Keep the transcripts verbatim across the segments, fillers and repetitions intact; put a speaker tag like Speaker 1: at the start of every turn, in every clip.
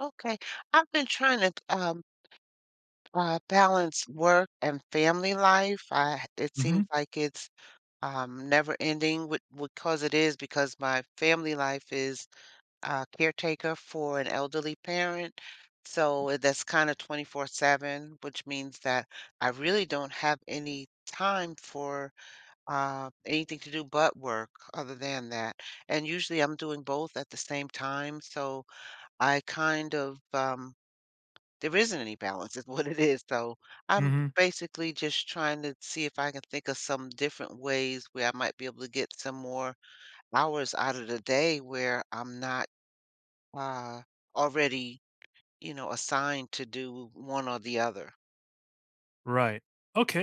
Speaker 1: Okay. I've been trying to um, uh, balance work and family life. I, it seems
Speaker 2: Mhm,
Speaker 1: like it's um, never ending with, because it is, because my family life is uh, caretaker for an elderly parent. So it- that's kind of twenty-four seven, which means that I really don't have any time for uh, anything to do but work other than that. And usually I'm doing both at the same time. So I kind of, um, there isn't any balance is what it is, so I'm
Speaker 2: mhm,
Speaker 1: basically just trying to see if I can think of some different ways where I might be able to get some more hours out of the day where I'm not, uh, already, you know, assigned to do one or the other.
Speaker 2: right.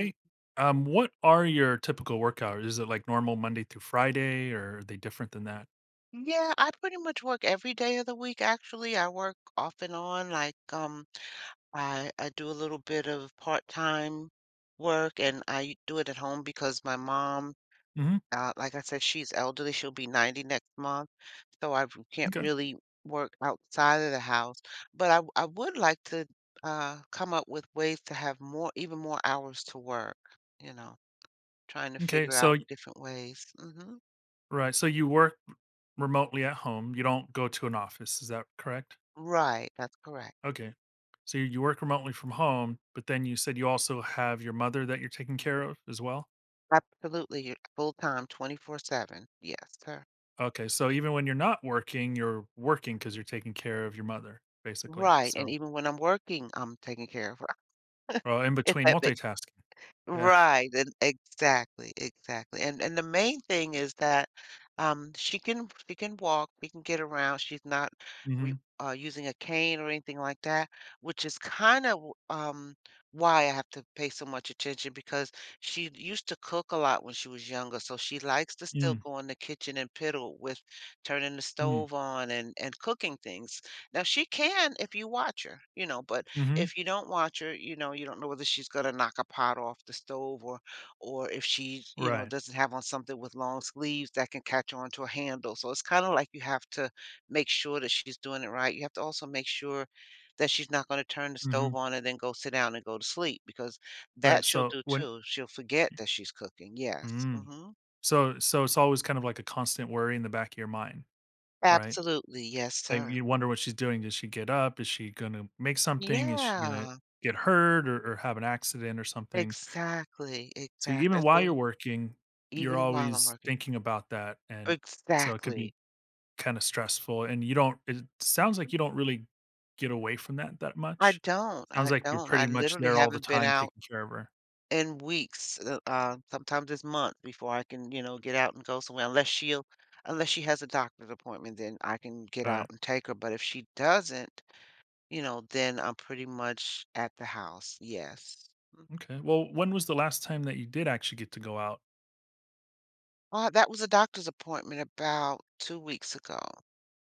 Speaker 1: Mm,
Speaker 2: um, what are your typical work hours? Is it like normal Monday through Friday, or are they different than that?
Speaker 1: yeah, I pretty much work every day of the week. Actually, I work off and on, like, um, I I do a little bit of part-time work, and I do it at home because my mom,
Speaker 2: Mhm,
Speaker 1: Uh, like I said, she's elderly, she'll be ninety next month, so I w can't
Speaker 2: okay.
Speaker 1: really work outside of the house, but I w I would like to, uh, come up with ways to have more even more hours to work, you know, trying to
Speaker 2: Okay.
Speaker 1: figure
Speaker 2: so
Speaker 1: out
Speaker 2: y
Speaker 1: different ways. Mhm.
Speaker 2: right, so you work remotely at home, you don't go to an office, is that correct?
Speaker 1: Right, that's correct.
Speaker 2: Okay. So you you work remotely from home, but then you said you also have your mother that you're taking care of as well?
Speaker 1: Absolutely, you're full-time, twenty-four seven. Yes, sir.
Speaker 2: Okay, so even when you're not working, you're working because 'cause you're taking care of your mother, basically,
Speaker 1: Right, and
Speaker 2: so,
Speaker 1: even when I'm working, I'm taking care of her.
Speaker 2: well, in
Speaker 1: If
Speaker 2: between
Speaker 1: that ba
Speaker 2: multitasking, yeah,
Speaker 1: Right, and exactly, exactly. And and the main thing is that um she can she can walk, she can get around. She's not we
Speaker 2: mhm,
Speaker 1: uh using a cane or anything like that, which is kind of um why I have to pay so much attention because she used to cook a lot when she was younger, so she likes to still
Speaker 2: mm,
Speaker 1: go in the kitchen and piddle with turning the
Speaker 2: mm.
Speaker 1: stove on and and cooking things. Now she can if you watch her, you know, but
Speaker 2: Mhm.
Speaker 1: if you don't watch her, you know, you don't know whether she's gonna knock a pot off the stove or or if she, you know,
Speaker 2: Right.
Speaker 1: doesn't have on something with long sleeves that can catch on to a handle. So it's kind of like you have to make sure that she's doing it right. You have to also make sure that she's not gonna turn the stove
Speaker 2: Mhm.
Speaker 1: on and then go sit down and go to sleep because
Speaker 2: Right,
Speaker 1: that she'll
Speaker 2: so
Speaker 1: do
Speaker 2: when
Speaker 1: too. She'll forget that she's cooking. Yes.
Speaker 2: mm.
Speaker 1: hmm
Speaker 2: So so it's always kind of like a constant worry in the back of your mind, right?
Speaker 1: Absolutely. Yes,
Speaker 2: Like,
Speaker 1: sir.
Speaker 2: you wonder what she's doing. Does she get up? Is she gonna make something? Is she gonna
Speaker 1: Yeah,
Speaker 2: get hurt or or have an accident or something?
Speaker 1: exactly.
Speaker 2: So even
Speaker 1: Exactly.
Speaker 2: while
Speaker 1: So
Speaker 2: you're working, you're
Speaker 1: even while I'm
Speaker 2: always
Speaker 1: working.
Speaker 2: thinking about that, and so it could be
Speaker 1: Exactly.
Speaker 2: kinda stressful, and you don't it sounds like you don't really get away from that that
Speaker 1: I
Speaker 2: much.
Speaker 1: don't,
Speaker 2: Sounds
Speaker 1: I
Speaker 2: like you're
Speaker 1: don't. I
Speaker 2: pretty much
Speaker 1: literally
Speaker 2: there all the
Speaker 1: haven't been
Speaker 2: time
Speaker 1: out
Speaker 2: taking care of her.
Speaker 1: in weeks. Uh, uh, sometimes it's months before I can, you know, get out and go somewhere unless she'll unless she has a doctor's appointment, then I can get out
Speaker 2: Right.
Speaker 1: and take her, but if she doesn't, you know, then I'm pretty much at the house, yes.
Speaker 2: Okay. Well, when was the last time that you did actually get to go out?
Speaker 1: Uh, that was a doctor's appointment about two weeks ago.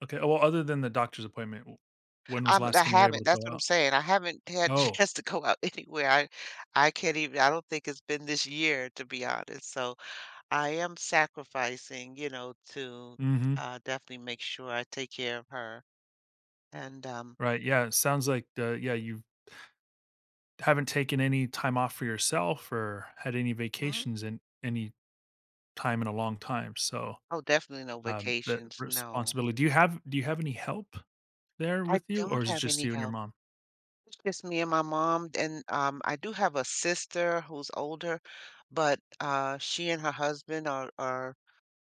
Speaker 2: Okay. Well, other than the doctor's appointment, w- when was the
Speaker 1: Um,
Speaker 2: last
Speaker 1: I
Speaker 2: time you were able
Speaker 1: haven't
Speaker 2: to
Speaker 1: that's
Speaker 2: go
Speaker 1: what I'm
Speaker 2: out?
Speaker 1: saying, I haven't had a
Speaker 2: Oh.
Speaker 1: chance to go out anywhere. I I can't even I don't think it's been this year, to be honest, so I am sacrificing, you know, to
Speaker 2: Mm-hmm.
Speaker 1: uh, definitely make sure I take care of her. And um,
Speaker 2: Right. Yeah. It sounds like uh, yeah, you haven't taken any time off for yourself or had any
Speaker 1: mhm.
Speaker 2: vacations in any time in a long time. So
Speaker 1: Oh, definitely no
Speaker 2: um the
Speaker 1: vacations. No,
Speaker 2: responsibility. Do you have do you have any help there
Speaker 1: I
Speaker 2: with you?
Speaker 1: don't
Speaker 2: Or is it
Speaker 1: have
Speaker 2: just
Speaker 1: any
Speaker 2: you and your
Speaker 1: help.
Speaker 2: mom?
Speaker 1: It's just me and my mom. And um, I do have a sister who's older, but uh, she and her husband are, are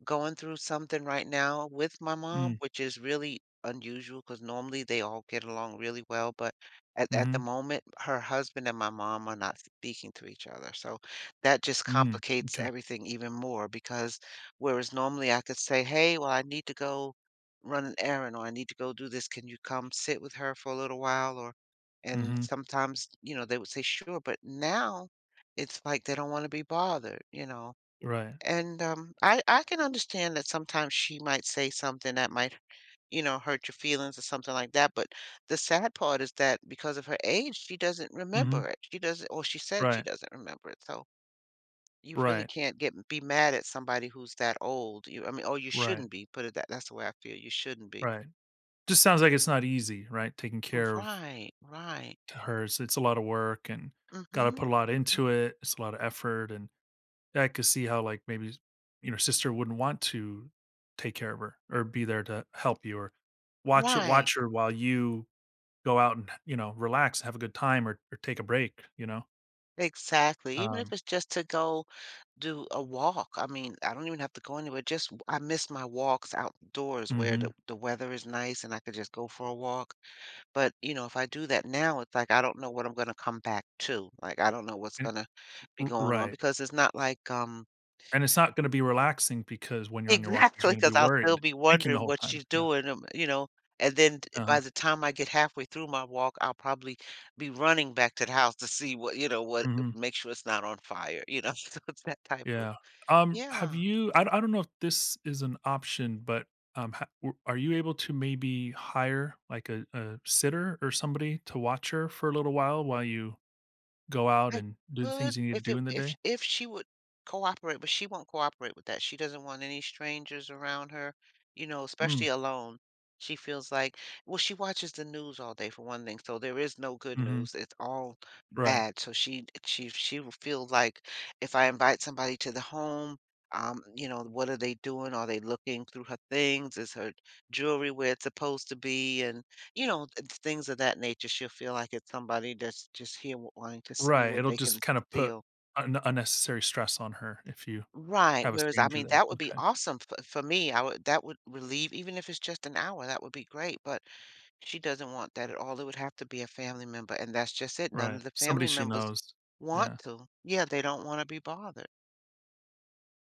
Speaker 1: going through something right now with my mom,
Speaker 2: Mm.
Speaker 1: which is really unusual because normally they all get along really well, but at, at the
Speaker 2: Mm-hmm.
Speaker 1: moment, her husband and my mom are not speaking to each other. So that just
Speaker 2: Mm.
Speaker 1: complicates
Speaker 2: Okay.
Speaker 1: everything even more because whereas normally I could say, hey, well, I need to go run an errand or I need to go do this. Can you come sit with her for a little while? Or, and
Speaker 2: Mm-hmm.
Speaker 1: sometimes, you know, they would say, sure. But now it's like they don't want to be bothered, you know.
Speaker 2: Right.
Speaker 1: And, um, I I can understand that sometimes she might say something that might, you know, hurt your feelings or something like that, but the sad part is that because of her age, she doesn't
Speaker 2: Mm-hmm.
Speaker 1: remember it. She doesn't or she said she
Speaker 2: Right.
Speaker 1: doesn't remember it, so you really
Speaker 2: Right.
Speaker 1: can't get be mad at somebody who's that old. You I mean, or you
Speaker 2: Right.
Speaker 1: shouldn't be, put it that that's the way I feel, you shouldn't be.
Speaker 2: Right. Just sounds like it's not easy, right? Taking care of
Speaker 1: Right, right.
Speaker 2: her, it's it's a lot of work and gotta
Speaker 1: Mhm.
Speaker 2: put a lot
Speaker 1: Mhm.
Speaker 2: into it. It's a lot of effort, and I could see how, like, maybe, you know, sister wouldn't want to take care of her or be there to help you or watch her
Speaker 1: Right.
Speaker 2: watch her while you go out and, you know, relax, have a good time or or take a break, you know?
Speaker 1: Exactly. Even if
Speaker 2: Um
Speaker 1: it's just to go do a walk. I mean, I don't even have to go anywhere. Just w- I miss my walks outdoors where the,
Speaker 2: Mhm.
Speaker 1: the weather is nice and I could just go for a walk. But, you know, if I do that now, it's like I don't know what I'm going to come back to. Like I don't know what's going to be going on
Speaker 2: Right.
Speaker 1: because it's not like um
Speaker 2: And it's not gonna be relaxing because when you're on your walk, you 'cause
Speaker 1: exactly,
Speaker 2: you're gonna be
Speaker 1: because 'cause I'll still
Speaker 2: worried,
Speaker 1: be
Speaker 2: thinking the
Speaker 1: wondering
Speaker 2: whole
Speaker 1: what
Speaker 2: time.
Speaker 1: she's
Speaker 2: Yeah.
Speaker 1: doing, um, you know, and then t
Speaker 2: Uh-huh.
Speaker 1: by the time I get halfway through my walk, I'll probably be running back to the house to see what you know, what
Speaker 2: Mhm.
Speaker 1: make sure it's not on fire, you know, so it's that type of.
Speaker 2: Yeah. Um, have
Speaker 1: Yeah.
Speaker 2: you I I d I don't know if this is an option, but, um, ha w are you able to maybe hire, like, a a sitter or somebody to watch her for a little while, while you go out
Speaker 1: I
Speaker 2: and do the
Speaker 1: could
Speaker 2: things you need
Speaker 1: if
Speaker 2: to do
Speaker 1: it
Speaker 2: in the
Speaker 1: if
Speaker 2: day?
Speaker 1: sh if she would cooperate, but she won't cooperate with that. She doesn't want any strangers around her, you know,
Speaker 2: Mm,
Speaker 1: especially alone. She feels like Well, she watches the news all day for one thing, so there is no good
Speaker 2: mhm.
Speaker 1: news. It's all
Speaker 2: Right.
Speaker 1: bad. So she she she will feel like if I invite somebody to the home, um, you know, what are they doing? Are they looking through her things? Is her jewelry where it's supposed to be? And you know, it's things of that nature. She'll feel like it's somebody that's just here w wanting to see
Speaker 2: Right,
Speaker 1: what
Speaker 2: it'll
Speaker 1: they can
Speaker 2: just kinda put
Speaker 1: steal.
Speaker 2: un unnecessary stress on her if you
Speaker 1: Right,
Speaker 2: have a
Speaker 1: whereas, I
Speaker 2: stranger
Speaker 1: mean,
Speaker 2: there.
Speaker 1: that would be
Speaker 2: Okay.
Speaker 1: awesome for for me. I would That would relieve even if it's just an hour, that would be great, but she doesn't want that at all. It would have to be a family member, and that's just it. None
Speaker 2: Right.
Speaker 1: of the
Speaker 2: Somebody
Speaker 1: family
Speaker 2: she
Speaker 1: members
Speaker 2: knows.
Speaker 1: want
Speaker 2: Yeah.
Speaker 1: to. Yeah, they don't wanna be bothered.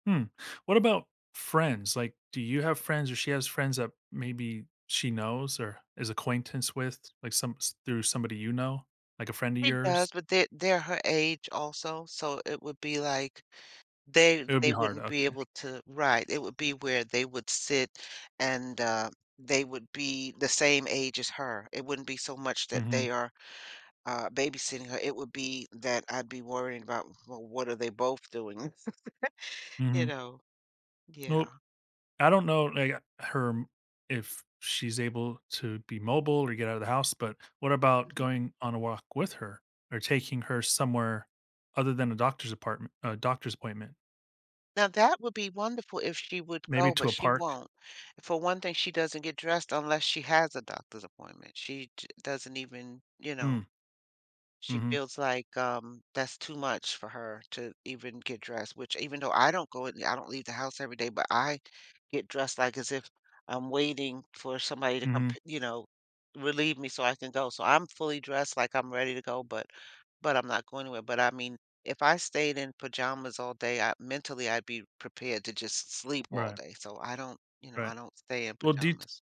Speaker 2: Hmm. What about friends? Like, do you have friends or she has friends that maybe she knows or is acquaintance with, like some s- through somebody you know, like a friend of
Speaker 1: She
Speaker 2: yours?
Speaker 1: does, but they they're her age also, so it would be like they
Speaker 2: It would be
Speaker 1: they
Speaker 2: hard.
Speaker 1: wouldn't be
Speaker 2: Okay.
Speaker 1: able to ride. It would be where they would sit and, uh, they would be the same age as her. It wouldn't be so much that
Speaker 2: Mm-hmm.
Speaker 1: they are, uh, babysitting her, it would be that I'd be worrying about, well, what are they both doing? You
Speaker 2: Mm-hmm.
Speaker 1: know? Yeah.
Speaker 2: Well, I don't know like her m- if she's able to be mobile or get out of the house, but what about
Speaker 1: Mhm.
Speaker 2: going on a walk with her or taking her somewhere other than a doctor's apartment, a doctor's appointment,
Speaker 1: Now that would be wonderful if she would
Speaker 2: maybe
Speaker 1: go,
Speaker 2: to
Speaker 1: but
Speaker 2: a
Speaker 1: she
Speaker 2: park?
Speaker 1: won't. For one thing, she doesn't get dressed unless she has a doctor's appointment. She j Doesn't even, you
Speaker 2: Mm.
Speaker 1: know, She
Speaker 2: Mm-hmm.
Speaker 1: feels like, um, that's too much for her to even get dressed, which even though I don't go in I don't leave the house every day, but I get dressed like as if I'm waiting for somebody to come
Speaker 2: Mm-hmm.
Speaker 1: p you know, relieve me so I can go. So I'm fully dressed like I'm ready to go, but but I'm not going anywhere. But I mean, if I stayed in pajamas all day, I mentally, I'd be prepared to just sleep all
Speaker 2: Right.
Speaker 1: day. So I don't, you know, I
Speaker 2: Right.
Speaker 1: don't stay in
Speaker 2: Well, do you
Speaker 1: pajamas.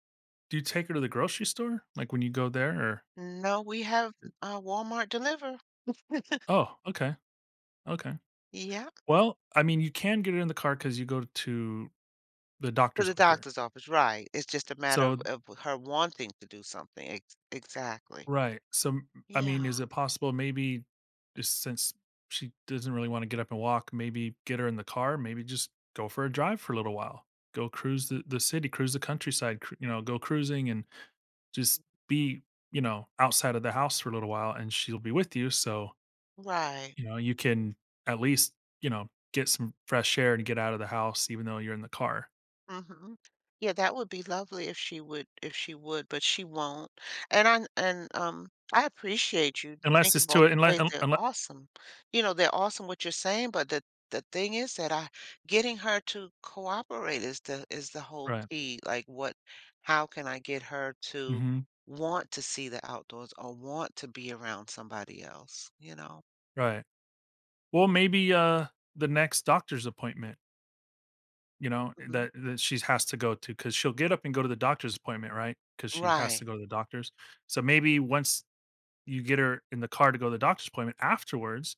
Speaker 2: Do you take her to the grocery store? Like, when you go there or
Speaker 1: No, we have, uh, Walmart deliver.
Speaker 2: Oh, okay, okay.
Speaker 1: Yeah.
Speaker 2: Well, I mean, you can get her in the car because you go to the
Speaker 1: To
Speaker 2: doctor's
Speaker 1: the
Speaker 2: with her.
Speaker 1: doctor's office, right. It's just a matter of
Speaker 2: So
Speaker 1: of her wanting to do something. Ex Exactly.
Speaker 2: Right. So, m I mean, is
Speaker 1: Yeah,
Speaker 2: it possible maybe just since she doesn't really wanna get up and walk, maybe get her in the car, maybe just go for a drive for a little while. Go cruise the the city, cruise the countryside, cru you know, go cruising and just be, you know, outside of the house for a little while, and she'll be with you, so
Speaker 1: right.
Speaker 2: you know, you can at least, you know, get some fresh air and get out of the house even though you're in the car.
Speaker 1: Mhm. Yeah, that would be lovely if she would if she would, but she won't. And I and, um, I appreciate you
Speaker 2: Unless
Speaker 1: thinking
Speaker 2: it's
Speaker 1: of
Speaker 2: to
Speaker 1: all these
Speaker 2: unless
Speaker 1: ways. They're
Speaker 2: unless,
Speaker 1: awesome. You know, they're awesome what you're saying, but the the thing is that I getting her to cooperate is the is the whole
Speaker 2: right.
Speaker 1: key. Like, what how can I get her to
Speaker 2: Mhm,
Speaker 1: want to see the outdoors or want to be around somebody else, you know?
Speaker 2: right. Well, maybe, uh, the next doctor's appointment, you know,
Speaker 1: Mhm.
Speaker 2: that that she has to go to because 'cause she'll get up and go to the doctor's appointment, right? Because she has
Speaker 1: Right.
Speaker 2: to go to the doctor's. So, maybe once you get her in the car to go to the doctor's appointment afterwards,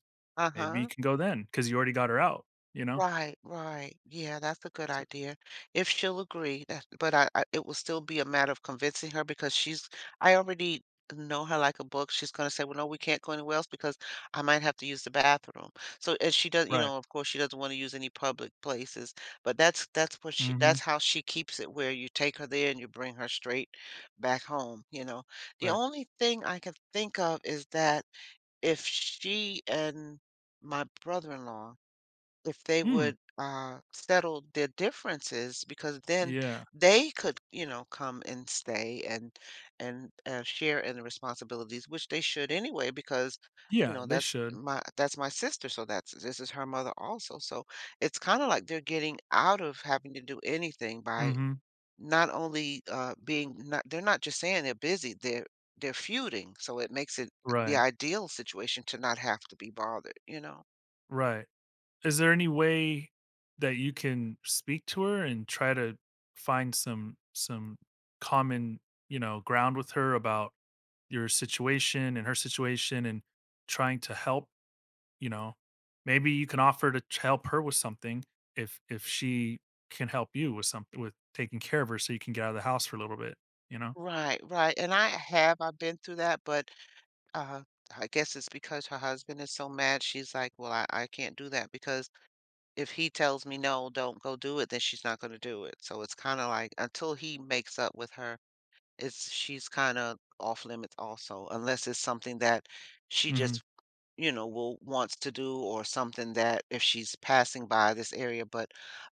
Speaker 2: maybe you
Speaker 1: Uh-huh.
Speaker 2: can go then because you already got her out, you know?
Speaker 1: Right, right. Yeah, that's a good idea. If she'll agree, that, but I, I, it will still be a matter of convincing her because she's, I already know her like a book. She's going to say, well, no, we can't go anywhere else because I might have to use the bathroom. So, and she does, you
Speaker 2: Right.
Speaker 1: know, of course, she doesn't want to use any public places, but that's, that's what she, that's
Speaker 2: Mhm,
Speaker 1: how she keeps it where you take her there and you bring her straight back home, you know. The
Speaker 2: right.
Speaker 1: only thing I can think of is that if she and my brother-in-law, if they
Speaker 2: Mm,
Speaker 1: would uh, settle their differences because then
Speaker 2: yeah.
Speaker 1: they could you know come and stay and and uh, share in the responsibilities which they should anyway because you
Speaker 2: Yeah,
Speaker 1: know
Speaker 2: they
Speaker 1: that's
Speaker 2: should.
Speaker 1: my that's my sister so that's this is her mother also so it's kind of like they're getting out of having to do anything by
Speaker 2: Mhm,
Speaker 1: not only uh being not they're not just saying they're busy they're they're feuding so it makes it the
Speaker 2: right.
Speaker 1: ideal situation to not have to be bothered you know.
Speaker 2: Right. Is there any way that you can speak to her and try to find some some common, you know, ground with her about your situation and her situation and trying to help, you know? Maybe you can offer to t- help her with something if if she can help you with something with taking care of her so you can get out of the house for a little bit, you know?
Speaker 1: Right, right, and I have I've been through that, but, uh, I guess it's because her husband is so mad, she's like, "Well, I I can't do that because if he tells me no, 'No, don't go do it,' then she's not gonna do it." So it's kinda like until he makes up with her, it's she's kinda off limits also, unless it's something that she
Speaker 2: Mhm.
Speaker 1: just you know, will wants to do or something that if she's passing by this area, but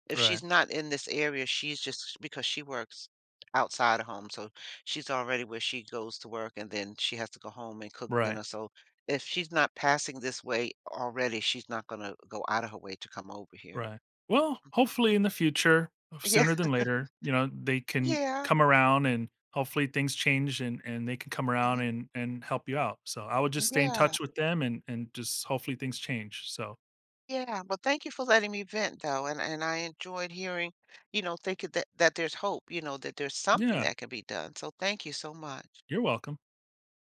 Speaker 1: if she's
Speaker 2: Right.
Speaker 1: not in this area, she's just because she works outside of home, so she's already where she goes to work and then she has to go home and cook
Speaker 2: Right.
Speaker 1: dinner. So if she's not passing this way already, she's not gonna go out of her way to come over here.
Speaker 2: Right. Well, hopefully in the future, uh,
Speaker 1: Yeah.
Speaker 2: sooner than later, you know, they can
Speaker 1: Yeah.
Speaker 2: come around and hopefully things change and and they can come around
Speaker 1: hmm
Speaker 2: and and help you out. So I would just stay in
Speaker 1: Yeah.
Speaker 2: touch with them and and just hopefully things change. So
Speaker 1: Yeah, well, thank you for letting me vent though, and and I enjoyed hearing, you know, thinking that that there's hope, you know, that there's something
Speaker 2: yeah,
Speaker 1: that can be done. So thank you so much.
Speaker 2: you're welcome.